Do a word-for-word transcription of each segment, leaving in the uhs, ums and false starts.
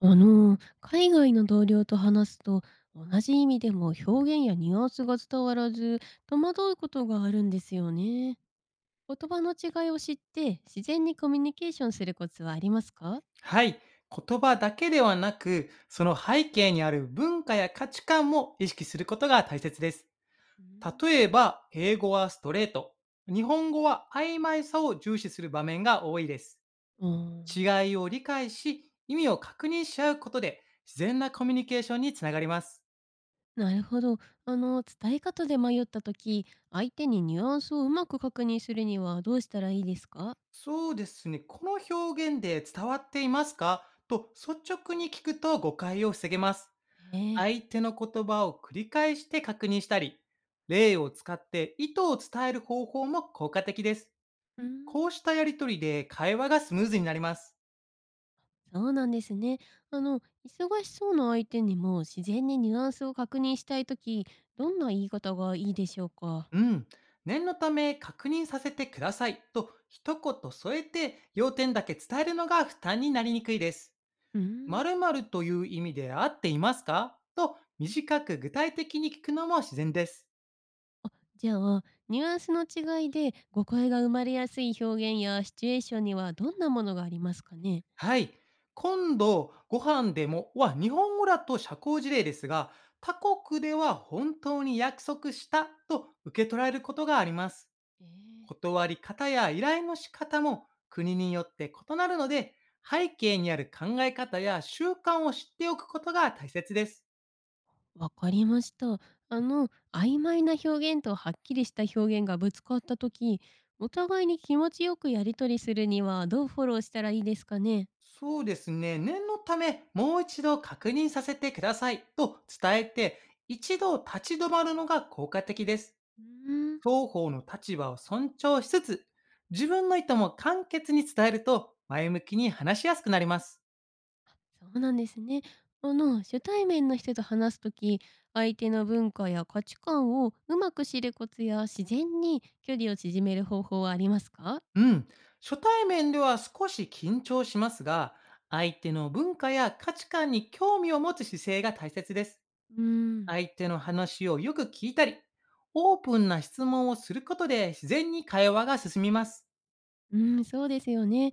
あの、海外の同僚と話すと、同じ意味でも表現やニュアンスが伝わらず、戸惑うことがあるんですよね。言葉の違いを知って、自然にコミュニケーションするコツはありますか？はい。言葉だけではなく、その背景にある文化や価値観も意識することが大切です。うん。例えば、英語はストレート、日本語は曖昧さを重視する場面が多いです。うー違ん。いを理解し、意味を確認し合うことで、自然なコミュニケーションにつながります。なるほど。あの、伝え方で迷った時、相手にニュアンスをうまく確認するにはどうしたらいいですか？そうですね。この表現で伝わっていますかと率直に聞くと誤解を防げます。ええ。相手の言葉を繰り返して確認したり、例を使って意図を伝える方法も効果的です。うーん。こうしたやりとりで会話がスムーズになります。そうなんですね。あの、忙しそうな相手にも自然にニュアンスを確認したいとき、どんな言い方がいいでしょうか？うん。念のため確認させてくださいと一言添えて要点だけ伝えるのが負担になりにくいです。うーん。〇〇という意味で合っていますかと短く具体的に聞くのも自然です。あ、じゃあ、ニュアンスの違いで誤解が生まれやすい表現やシチュエーションにはどんなものがありますかね？はい。今度、ご飯でもは日本語だと社交辞令ですが、他国では本当に約束したと受け取られることがあります。えー。断り方や依頼の仕方も国によって異なるので、背景にある考え方や習慣を知っておくことが大切です。わかりました。あの、曖昧な表現とはっきりした表現がぶつかったとき、お互いに気持ちよくやりとりするにはどうフォローしたらいいですかね？そうですね。念のため、もう一度確認させてくださいと伝えて、一度立ち止まるのが効果的です。うーん。双方の立場を尊重しつつ、自分の意図も簡潔に伝えると前向きに話しやすくなります。そうなんですね。あの、初対面の人と話すとき、相手の文化や価値観をうまく知るコツや自然に距離を縮める方法はありますか？うん。初対面では少し緊張しますが、相手の文化や価値観に興味を持つ姿勢が大切です。うん。相手の話をよく聞いたり、オープンな質問をすることで自然に会話が進みます。うん、そうですよね。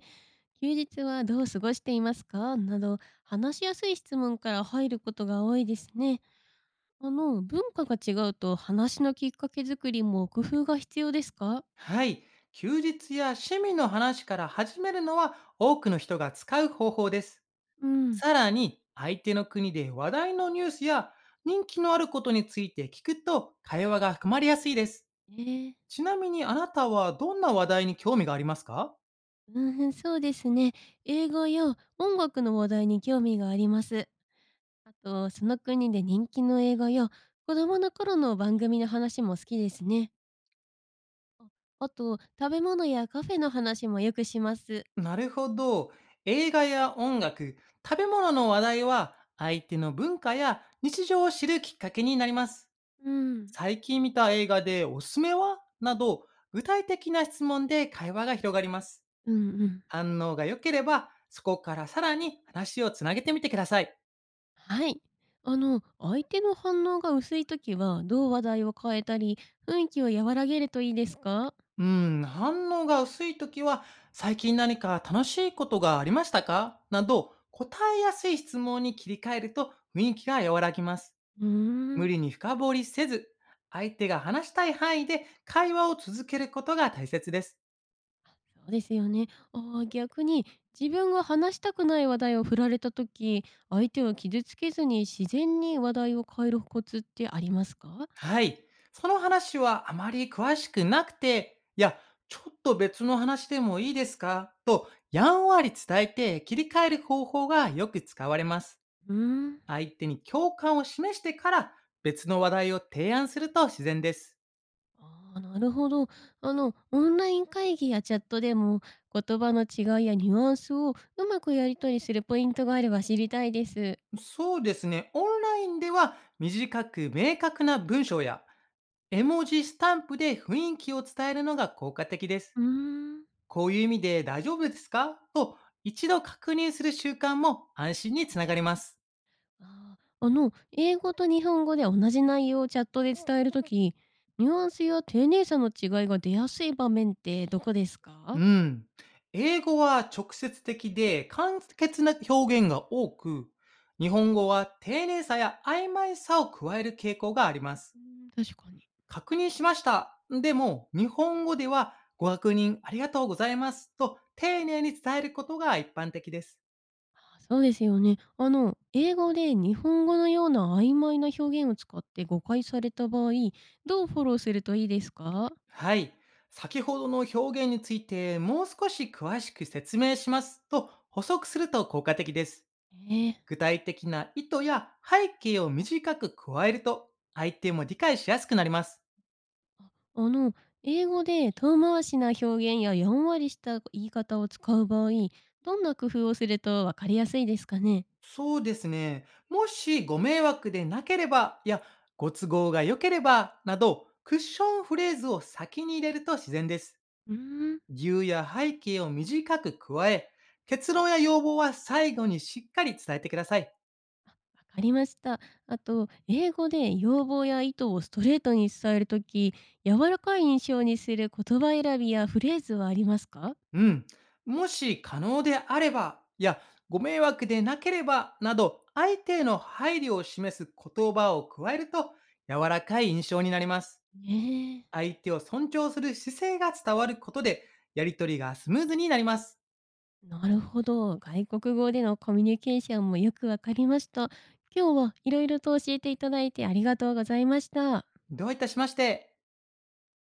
休日はどう過ごしていますかなど、話しやすい質問から入ることが多いですね。あの、文化が違うと話のきっかけ作りも工夫が必要ですか？はい。休日や趣味の話から始めるのは多くの人が使う方法です。うん。さらに、相手の国で話題のニュースや人気のあることについて聞くと会話が含まりやすいです。えー。ちなみにあなたはどんな話題に興味がありますか？うん、そうですね。映画や音楽の話題に興味があります。あと、その国で人気の映画や子供の頃の番組の話も好きですね。あ。あと、食べ物やカフェの話もよくします。なるほど。映画や音楽、食べ物の話題は相手の文化や日常を知るきっかけになります。うん。最近見た映画でおすすめはなど具体的な質問で会話が広がります。うんうん。反応が良ければそこからさらに話をつなげてみてください。はい。あの、相手の反応が薄いときは、どう話題を変えたり、雰囲気を和らげるといいですか？うん、反応が薄いときは、最近何か楽しいことがありましたかなど、答えやすい質問に切り替えると雰囲気が和らぎます。うー無ん。理に深掘りせず、相手が話したい範囲で会話を続けることが大切です。そうですよね。ああ、逆に、自分が話したくない話題を振られたとき、相手を傷つけずに自然に話題を変えるコツってありますか？はい。その話はあまり詳しくなくて、いや、ちょっと別の話でもいいですかと、やんわり伝えて切り替える方法がよく使われます。うーん。相手に共感を示してから別の話題を提案すると自然です。ああ、なるほど。あの、オンライン会議やチャットでも、言葉の違いやニュアンスをうまくやり取りするポイントがあれば知りたいです。そうですね。オンラインでは短く明確な文章や絵文字スタンプで雰囲気を伝えるのが効果的です。うーん。こういう意味で大丈夫ですかと一度確認する習慣も安心につながります。あーあの、英語と日本語で同じ内容をチャットで伝えるとき、ニュアンスや丁寧さの違いが出やすい場面ってどこですか？うん。英語は直接的で簡潔な表現が多く、日本語は丁寧さや曖昧さを加える傾向があります。うーん、確かに。確認しました。でも、日本語ではご確認ありがとうございますと丁寧に伝えることが一般的です。あ、そうですよね。あの、英語で日本語のような曖昧な表現を使って誤解された場合、どうフォローするといいですか？はい。先ほどの表現についてもう少し詳しく説明しますと補足すると効果的です。ええ。具体的な意図や背景を短く加えると相手も理解しやすくなります。あ、あの、英語で遠回しな表現ややんわりした言い方を使う場合、どんな工夫をするとわかりやすいですかね？そうですね。もしご迷惑でなければやご都合が良ければなどクッションフレーズを先に入れると自然です。うーん。理由や背景を短く加え、結論や要望は最後にしっかり伝えてください。わかりました。あと、英語で要望や意図をストレートに伝えるとき、柔らかい印象にする言葉選びやフレーズはありますか？うん。もし可能であれば、いや、ご迷惑でなければ、など、相手への配慮を示す言葉を加えると、柔らかい印象になります。ね。相手を尊重する姿勢が伝わることで、やりとりがスムーズになります。え、なるほど。外国語でのコミュニケーションもよくわかりました。今日は色々と教えていただいてありがとうございました。どういたしまして。